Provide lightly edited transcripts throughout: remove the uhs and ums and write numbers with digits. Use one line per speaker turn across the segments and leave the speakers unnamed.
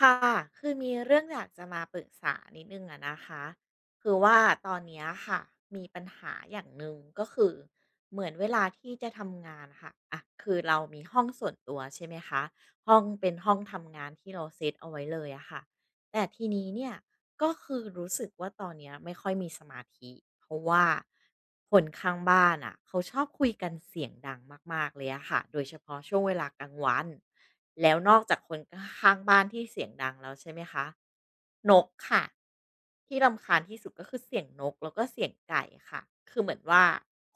ค่ะ คือมีเรื่องอยากจะมาปรึกษานิดนึงอะนะคะ คือว่าตอนเนี้ยค่ะ มีปัญหาอย่างหนึ่งก็คือ เหมือนเวลาที่จะทำงานค่ะอะคือเรามีห้องส่วนตัวใช่ไหมคะห้องเป็นห้องทำงานที่เราเซตเอาไว้เลยอะค่ะ แต่ทีนี้เนี่ยก็คือรู้สึกว่าตอนเนี้ยไม่ค่อยมีสมาธิเพราะว่าคนข้างบ้านอะเขาชอบคุยกันเสียงดังมากๆเลยอะค่ะโดยเฉพาะช่วงเวลากลางวันแล้วนอกจากคนกข้างบ้านที่เสียงดังแล้วใช่ไหมคะนกค่ะที่รำคาญที่สุดก็คือเสียงนกแล้วก็เสียงไก่ค่ะคือเหมือนว่า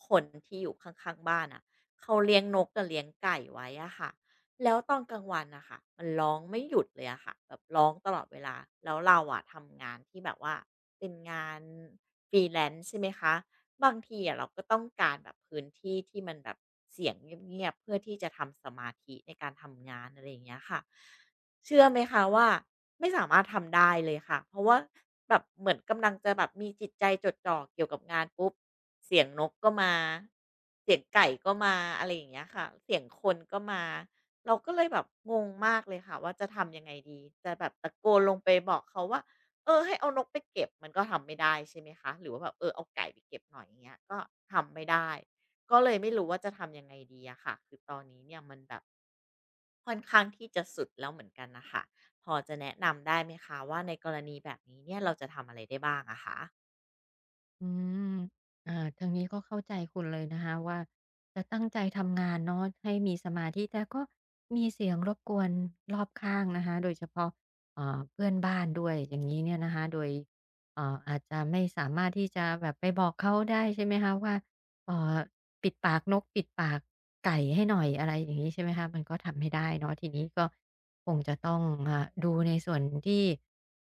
คนที่อยู่ข้างๆบ้านอ่ะเขาเลี้ยงนกกับเลี้ยงไก่ไว้อะค่ะ แล้วตอนกลางวันนะคะมันร้องไม่หยุดเลยอะค่ะแบบร้องตลอดเวลาแล้วเราอะทำงานที่แบบว่าเป็นงาน freelance ใช่ไหมคะบางทีอะเราก็ต้องการแบบพื้นที่ที่มันแบบเสียงเงียบๆเพื่อที่จะทำสมาธิในการทำงานอะไรอย่างเงี้ยค่ะ เชื่อไหมคะว่าไม่สามารถทำได้เลยค่ะเพราะว่าแบบเหมือนกำลังจะแบบมีจิตใจจดจ่อเกี่ยวกับงานปุ๊บเสียงนกก็มาเสียงไก่ก็มาอะไรอย่างเงี้ยค่ะเสียงคนก็มาเราก็เลยแบบงงมากเลยค่ะว่าจะทำยังไงดีจะแบบตะโกนลงไปบอกเขาว่าเออให้เอานกไปเก็บมันก็ทำไม่ได้ใช่ไหมคะหรือว่าแบบเออเอาไก่ไปเก็บหน่อยอย่างเงี้ยก็ทำไม่ได้ก็เลยไม่รู้ว่าจะทำยังไงดีอะค่ะคือตอนนี้เนี่ยมันแบบ ค่อนข้างที่จะสุดแล้วเหมือนกันนะคะพอจะแนะนำได้ไหมคะว่าในกรณีแบบนี้เนี่ยเราจะทำอะไรได้บ้างอะคะ
อืมอ่าทางนี้ก็เข้าใจคุณเลยนะคะว่าจะตั้งใจทำงานเนาะให้มีสมาธิแต่ก็มีเสียงรบกวนรอบข้างนะคะโดยเฉพาะเพื่อนบ้านด้วยอย่างนี้เนี่ยนะคะโดยอาจจะไม่สามารถที่จะแบบไปบอกเขาได้ใช่ไหมคะว่าเอ่อปิดปากนกปิดปากไก่ให้หน่อยอะไรอย่างนี้ใช่ไหมคะมันก็ทำไม่ได้เนาะทีนี้ก็คงจะต้องอ่าดูในส่วนที่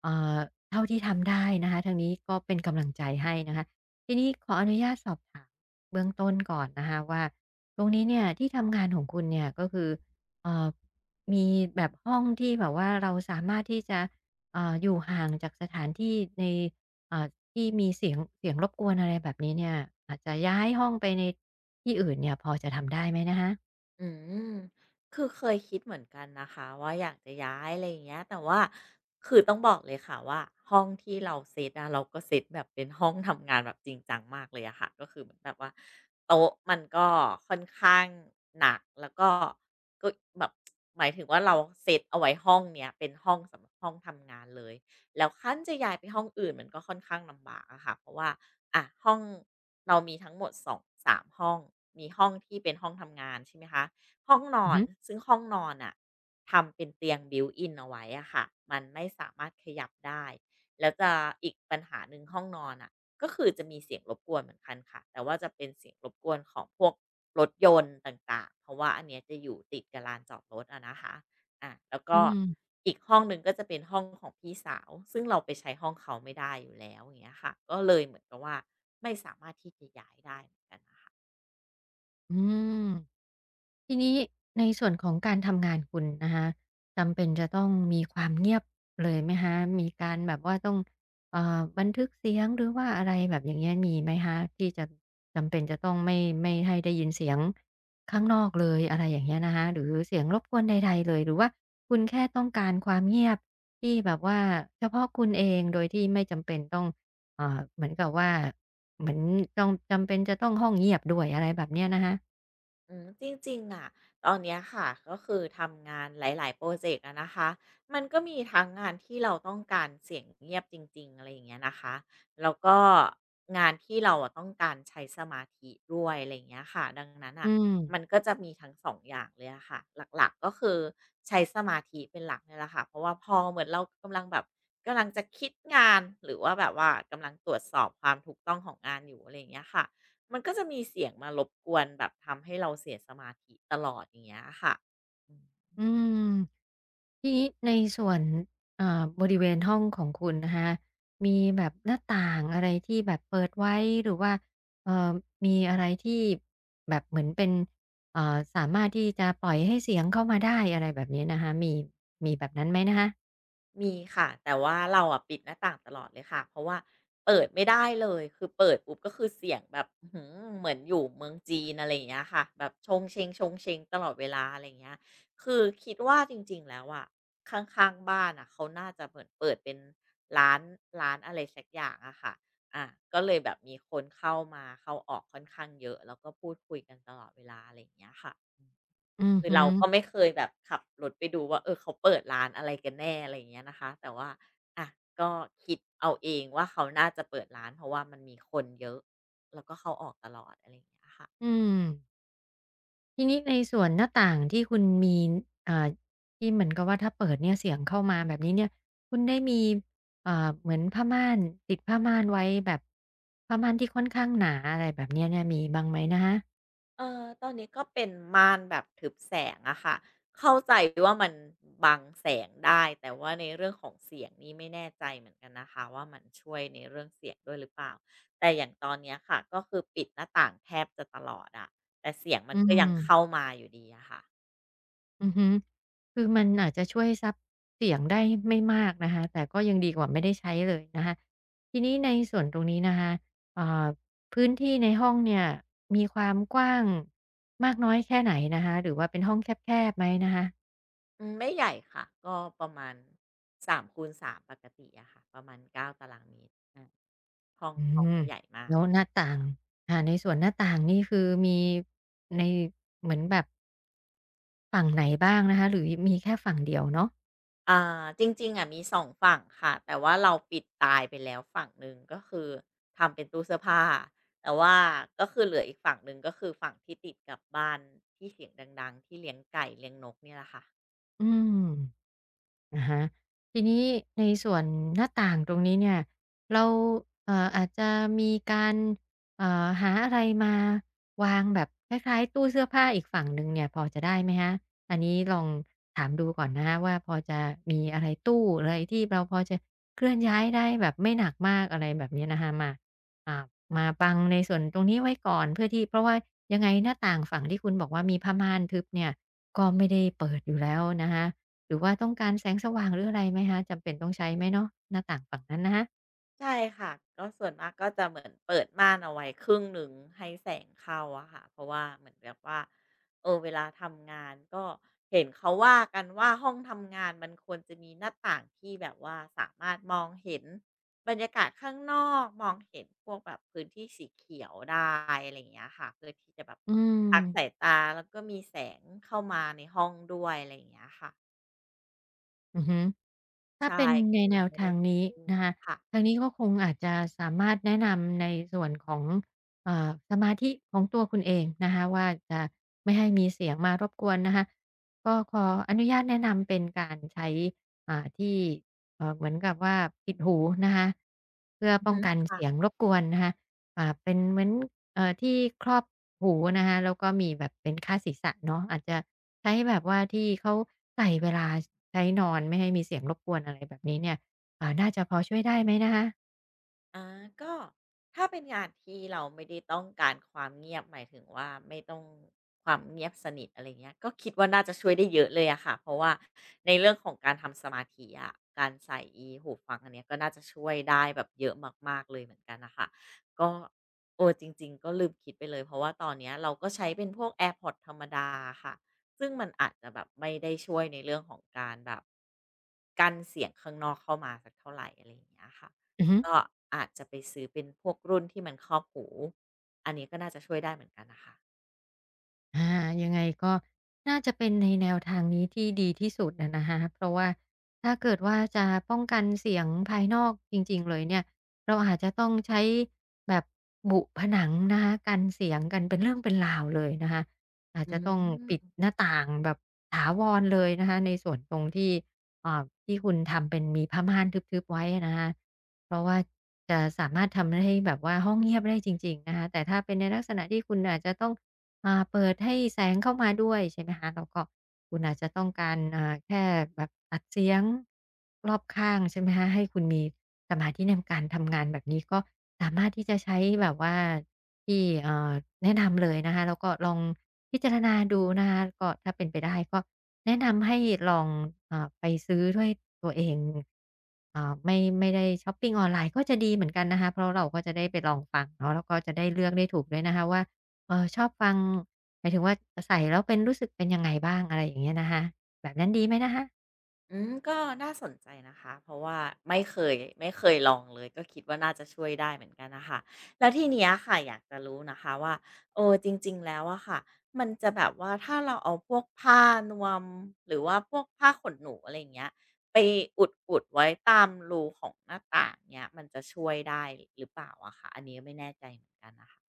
เอ่อเท่าที่ทำได้นะคะทางนี้ก็เป็นกำลังใจให้นะคะ ทีนี้ขออนุญาตสอบถามเบื้องต้นก่อนนะคะว่าตรงนี้เนี่ยที่ทำงานของคุณเนี่ยก็คือเอ่อมีแบบห้องที่แบบว่าเราสามารถที่จะอยู่ห่างจากสถานที่ในเอ่อที่มีเสียงรบกวนอะไรแบบนี้เนี่ยอาจจะย้ายห้องไปในที่อื่นเนี่ยพอจะทำได้ไหมนะคะ
อืมคือเคยคิดเหมือนกันนะคะว่าอยากจะย้ายอะไรอย่างเงี้ยแต่ว่าคือต้องบอกเลยค่ะว่าห้องที่เราเซตอะเราก็เซตแบบเป็นห้องทำงานแบบจริงจังมากเลยอะค่ะก็คือเหมือนแบบว่าโต๊ะมันก็ค่อนข้างหนักแล้วก็ก็แบบหมายถึงว่าเราเซตเอาไว้ห้องเนี้ยเป็นห้องสำหรับห้องทำงานเลย แล้วขั้นจะย้ายไปห้องอื่นมันก็ค่อนข้างลำบากอะค่ะเพราะว่าอ่ะห้องเรามีทั้งหมด2-3ห้องมีห้องที่เป็นห้องทำงานใช่ไหมคะห้องนอ
อือ
น
ฮึ
ซึ่งห้องนอนอ่ะทำเป็นเตียง built in เอาไว้อะค่ะมันไม่สามารถขยับได้แล้วจะอีกปัญหาหนึ่งห้องนอนน่ะก็คือจะมีเสียงรบกวนเหมือนกันค่ะแต่ว่าจะเป็นเสียงรบกวนของพวกรถยนต์ต่างๆเพราะว่าอันเนี้ยจะอยู่ติดกับลานจอดรถอะนะคะ อ่ะแล้ว
อื
ก็
ม
อีกห้องหนึ่งก็จะเป็นห้องของพี่สาวซึ่งเราไปใช้ห้องเขาไม่ได้อยู่แล้วอย่างเงี้ยค่ะก็เลยเหมือนกับว่าไม่สามารถที่จะย้ายได้เหมือนกันค่ะ
อืม ทีนี้ในส่วนของการทำงานคุณนะคะจำเป็นจะต้องมีความเงียบเลยไหมคะมีการแบบว่าต้องบันทึกเสียงหรือว่าอะไรแบบอย่างเงี้ยมีไหมคะที่จะจำเป็นจะต้องไม่ให้ได้ยินเสียงข้างนอกเลยอะไรอย่างเงี้ยนะคะหรือเสียงรบกวนใดๆเลยหรือว่าคุณแค่ต้องการความเงียบที่แบบว่าเฉพาะคุณเองโดยที่ไม่จำเป็นต้องเหมือนกับว่าเหมือนต้องจำเป็นจะต้องห้องเงียบด้วยอะไรแบบเนี้ยนะคะ
อืมจริงๆอะตอนเนี้ยค่ะก็คือทำงานหลายๆโปรเจกต์อะนะคะมันก็มีทั้งงานที่เราต้องการเสียงเงียบจริงๆอะไรอย่างเงี้ยนะคะแล้วก็งานที่เราอะต้องการใช้สมาธิด้วยอะไรอย่างเงี้ยค่ะดังนั้น
อื
อ่ะ
ม
มันก็จะมีทั้ง2องอย่างเลยอะค่ะหลักๆก็คือใช้สมาธิเป็นหลักเนี่ยแหละค่ะเพราะว่าพอเหมือนเรากำลังแบบกำลังจะคิดงานหรือว่าแบบว่ากำลังตรวจสอบความถูกต้องของงานอยู่อะไรอย่างเงี้ยค่ะ มันก็จะมีเสียงมารบกวนแบบทำให้เราเสียสมาธิตลอดอย่างเงี้ยค่ะ
อืมทีนี้ในส่วนบริเวณห้องของคุณนะคะมีแบบหน้าต่างอะไรที่แบบเปิดไว้หรือว่าเอ่อมีอะไรที่แบบเหมือนเป็นสามารถที่จะปล่อยให้เสียงเข้ามาได้อะไรแบบนี้นะคะมีแบบนั้นไหมนะคะ
มีค่ะแต่ว่าเราอะปิดหน้าต่างตลอดเลยค่ะเพราะว่าเปิดไม่ได้เลยคือเปิดปุ๊บก็คือเสียงแบบอื้อฮือเหมือนอยู่เมืองจีนอะไรอย่างเงี้ยค่ะแบบชงเชงชชงเชงตลอดเวลาอะไรอย่างเงี้ยคือคิดว่าจริงๆแล้วอะข้างๆบ้านอ่ะเขาน่าจะเหมือนเปิดเป็นร้านร้านอะไรสักอย่างอะค่ะอะก็เลยแบบมีคนเข้ามาเข้าออกค่อนข้างเยอะแล้วก็พูดคุยกันตลอดเวลาอะไรอย่างเงี้ยค่ะ
อือ
คือ
ฮึ
เราก็ไม่เคยแบบขับรถไปดูว่าเออเขาเปิดร้านอะไรกันแน่อะไรอย่างเงี้ยนะคะแต่ว่าอะก็คิดเอาเองว่าเขาน่าจะเปิดร้านเพราะว่ามันมีคนเยอะแล้วก็เข้าออกตลอดอะไรอย่างเงี้ยค่ะ
อืม ทีนี้ในส่วนหน้าต่างที่คุณมีอ่าที่เหมือนกับว่าถ้าเปิดเนี่ยเสียงเข้ามาแบบนี้เนี่ยคุณได้มีอ่าเหมือนผ้าม่านติดผ้าม่านไว้แบบผ้าม่านที่ค่อนข้างหนาอะไรแบบเนี้ยเนี่ยมีบ้างไหมนะคะ
เออตอนนี้ก็เป็นม่านแบบทึบแสงอะค่ะเข้าใจว่ามันบังแสงได้แต่ว่าในเรื่องของเสียงนี่ไม่แน่ใจเหมือนกันนะคะว่ามันช่วยในเรื่องเสียงด้วยหรือเปล่าแต่อย่างตอนเนี้ยค่ะก็คือปิดหน้าต่างแทบจะตลอดอะแต่เสียงมัน
อื
ก็ยังเข้า
ม
มาอยู่ดีอะค่ะ
อือฮึคือมันอาจจะช่วยซับเสียงได้ไม่มากนะคะแต่ก็ยังดีกว่าไม่ได้ใช้เลยนะคะทีนี้ในส่วนตรงนี้นะคะอ่าพื้นที่ในห้องเนี่ยมีความกว้างมากน้อยแค่ไหนนะคะหรือว่าเป็นห้องแคบๆไหมนะคะ
อืมไม่ใหญ่ค่ะก็ประมาณ3x3ปกติอะค่ะประมาณ9 ตารางเมตรอาห้อง
อื
ห้อง
ม
ไม่ใหญ่มา
แล้ว
ก
หน้าต่างอ่าในส่วนหน้าต่างนี่คือมีในเหมือนแบบฝั่งไหนบ้างนะคะหรือมีแค่ฝั่งเดียวเนาะ
อ่าจริงๆอะมี2 ฝั่งค่ะแต่ว่าเราปิดตายไปแล้วฝั่งหนึ่งก็คือทำเป็นตู้เสื้อผ้าแต่ว่าก็คือเหลืออีกฝั่งหนึ่งก็คือฝั่งที่ติดกับบ้านที่เสียงดังๆที่เลี้ยงไก่เลี้ยงนกเนี่ยแหละค่ะ
อืม อะฮะทีนี้ในส่วนหน้าต่างตรงนี้เนี่ยเราอาจจะมีการหาอะไรมาวางแบบคล้ายๆตู้เสื้อผ้าอีกฝั่งหนึ่งเนี่ยพอจะได้ไหมคะอันนี้ลองถามดูก่อนนะคะว่าพอจะมีอะไรตู้อะไรที่เราพอจะเคลื่อนย้ายได้แบบไม่หนักมากอะไรแบบนี้นะคะมาอ่ามาบังในส่วนตรงนี้ไว้ก่อนเพื่อที่เพราะว่ายังไงหน้าต่างฝั่งที่คุณบอกว่ามีผ้าม่านทึบเนี่ยก็ไม่ได้เปิดอยู่แล้วนะคะ หรือว่าต้องการแสงสว่างหรืออะไรไหมคะจำเป็นต้องใช้ไหมเนาะหน้าต่างฝั่งนั้นนะคะ
ใช่ค่ะก็ส่วนมากก็จะเหมือนเปิดม่านเอาไว้ครึ่งหนึ่งให้แสงเข้าอะค่ะเพราะว่าเหมือนแบบว่าเออเวลาทำงานก็เห็นเขาว่ากันว่าห้องทำงานมันควรจะมีหน้าต่างที่แบบว่าสามารถมองเห็นบรรยากาศข้างนอกมองเห็นพวกแบบพื้นที่สีเขียวได้อะไรอย่างเงี้ยค่ะเพื่อที่จะแบบ
อืม
พักสายตาแล้วก็มีแสงเข้ามาในห้องด้วยอะไรอย่างเงี้ยค่ะ
อือฮึถ้า
ใช่
เป็น
ก็
ใน
เลย
แน
ยัง
ว
ไม่
ทา
ได้
ง
ติด
นี้
ตู้
นะคะ
ค่ะ
ทางนี้ก็คงอาจจะสามารถแนะนำในส่วนของสมาธิของตัวคุณเองนะคะว่าจะไม่ให้มีเสียงมารบกวนนะคะก็ขออนุญาตแนะนำเป็นการใช้อ่าที่เหมือนกับว่าปิดหูนะคะเพื่อ
อือ
ป้อง
ฮึ
กันเสียงรบกวนนะคะอ่าเป็นเหมือน ที่ครอบหูนะคะแล้วก็มีแบบเป็นคาดศีรษะเนาะอาจจะใช้แบบว่าที่เขาใส่เวลาใช้นอนไม่ให้มีเสียงรบกวนอะไรแบบนี้เนี่ยอ่าน่าจะพอช่วยได้ไหมนะคะ
อาก็ถ้าเป็นงานที่เราไม่ได้ต้องการความเงียบหมายถึงว่าไม่ต้องความเงียบสนิทอะไรเงี้ยก็คิดว่าน่าจะช่วยได้เยอะเลยอะค่ะเพราะว่าในเรื่องของการทำสมาธิอะการใส่อีหูฟังอันเนี้ยก็น่าจะช่วยได้แบบเยอะมากๆเลยเหมือนกันน่ะคะก็โอ้จริงๆก็ลืมคิดไปเลยเพราะว่าตอนเนี้ยเราก็ใช้เป็นพวก AirPods ธรรมดาค่ะซึ่งมันอาจจะแบบไม่ได้ช่วยในเรื่องของการแบบกันเสียงข้างนอกเข้ามาสักเท่าไหรอะไรอย่างเงี้ยค่ะ
อือฮึ
ก็อาจจะไปซื้อเป็นพวกรุ่นที่มันครอบหูอันนี้ก็น่าจะช่วยได้เหมือนกันนะคะ
อายังไงก็น่าจะเป็นในแนวทางนี้ที่ดีที่สุดนะนะคะเพราะว่าถ้าเกิดว่าจะป้องกันเสียงภายนอกจริงๆเลยเนี่ยเราอาจจะต้องใช้แบบบุผนังนะคะกันเสียงกันเป็นเรื่องเป็นราวเลยนะคะอาจ
อื
จะต้องปิด
ม
หน้าต่างแบบถาวรเลยนะคะในส่วนตรงที่อ่าที่คุณทำเป็นมีผ้าม่านทึบๆไว้นะคะเพราะว่าจะสามารถทำให้แบบว่าห้องเงียบได้จริงๆนะคะแต่ถ้าเป็นในลักษณะที่คุณอาจจะต้อง อ่าเปิดให้แสงเข้ามาด้วยใช่ไหมคะแล้วก็คุณอาจจะต้องการอ่าแค่แบบตัดเสียงรอบข้างใช่ไหมคะให้คุณมีสมาธิในการทำงานแบบนี้ก็สามารถที่จะใช้แบบว่าที่แนะนำเลยนะคะแล้วก็ลองพิจารณาดูนะคะก็ถ้าเป็นไปได้ก็แนะนำให้ลองอ่าไปซื้อด้วยตัวเองอ่าไม่ได้ช็อปปิงออนไลน์ก็จะดีเหมือนกันนะคะเพราะเราก็จะได้ไปลองฟังเนาะแล้วก็จะได้เลือกได้ถูกด้วยนะคะว่า เออชอบฟังหมายถึงว่าใส่แล้วเป็นรู้สึกเป็นยังไงบ้างอะไรอย่างเงี้ยนะคะแบบนั้นดีไหมนะคะ
อืม ก็น่าสนใจนะคะ เพราะว่าไม่เคยลองเลย ก็คิดว่าน่าจะช่วยได้เหมือนกันนะคะแล้วทีเนี้ยค่ะอยากจะรู้นะคะว่าเออจริงๆแล้วอะค่ะมันจะแบบว่าถ้าเราเอาพวกผ้านวม หรือว่าพวกผ้าขนหนูอะไรอย่างเงี้ยไปอุดๆไว้ตามรูของหน้าต่างเนี้ยมันจะช่วยได้หรือเปล่าอะคะอันนี้ไม่แน่ใจเหมือนกันนะคะ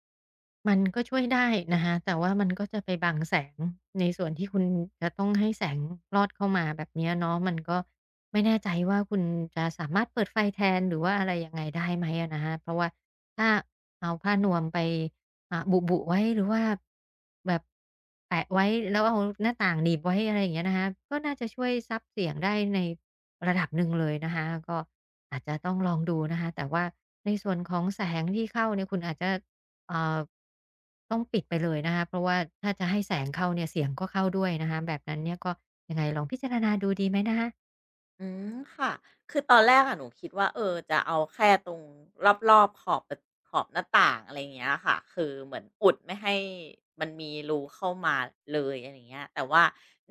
มันก็ช่วยได้นะคะแต่ว่ามันก็จะไปบังแสงในส่วนที่คุณจะต้องให้แสงลอดเข้ามาแบบเนี้ยเนาะมันก็ไม่แน่ใจว่าคุณจะสามารถเปิดไฟแทนหรือว่าอะไรยังไงได้ไหมอะนะคะเพราะว่าถ้าเอาผ้านวมไปอ่าบุๆไว้หรือว่าแบบแปะไว้แล้วเอาหน้าต่างหนีบไว้อะไรอย่างเงี้ยนะคะก็น่าจะช่วยซับเสียงได้ในระดับหนึ่งเลยนะคะก็อาจจะต้องลองดูนะคะแต่ว่าในส่วนของแสงที่เข้าเนี่ยคุณอาจจะ เอ่าต้องปิดไปเลยนะคะเพราะว่าถ้าจะให้แสงเข้าเนี่ยเสียงก็เข้าด้วยนะคะแบบนั้นเนี่ยก็ยังไงลองพิจารณาดูดีไหมนะคะ
อืมค่ะคือตอนแรกอะหนูคิดว่าเออจะเอาแค่ตรงรอบๆขอบหน้าต่างอะไรอย่างเงี้ยค่ะคือเหมือนอุดไม่ให้มันมีรูเข้ามาเลยอะไรอย่างเงี้ยแต่ว่า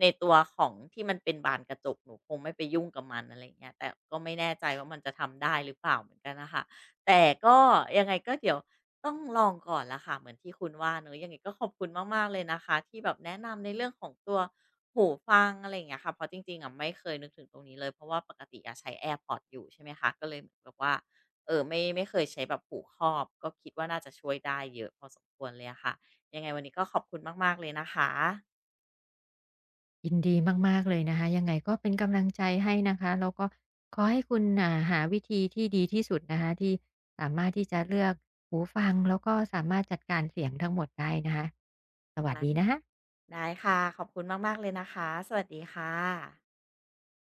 ในตัวของที่มันเป็นบานกระจกหนูคงไม่ไปยุ่งกับมันอะไรอย่างเงี้ยแต่ก็ไม่แน่ใจว่ามันจะทำได้หรือเปล่าเหมือนกันน่ะคะแต่ก็ยังไงก็เดี๋ยวต้องลองก่อนละค่ะเหมือนที่คุณว่าเนาะยังไงก็ขอบคุณมากๆเลยนะคะที่แบบแนะนำในเรื่องของตัว หูฟังอะไรอย่างเงี้ยค่ะเพราะจริงๆอะไม่เคยนึกถึงตรงนี้เลยเพราะว่าปกติอะใช้ AirPods อยู่ใช่ไหมคะก็เลยเหมือนแบบว่าไม่เคยใช้แบบหูครอบก็คิดว่าน่าจะช่วยได้เยอะพอสมควรเลยอะค่ะยังไงวันนี้ก็ขอบคุณมากๆเลยนะคะ
ยินดีมากๆเลยนะคะยังไงก็เป็นกำลังใจให้นะคะแล้วก็ขอให้คุณอ่าหาวิธีที่ดีที่สุดนะคะที่สามารถที่จะเลือกหูฟังแล้วก็สามารถจัดการเสียงทั้งหมดได้นะคะสวัสดีนะคะ
ได้ค่ะขอบคุณมากๆเลยนะคะสวัสดีค่ะ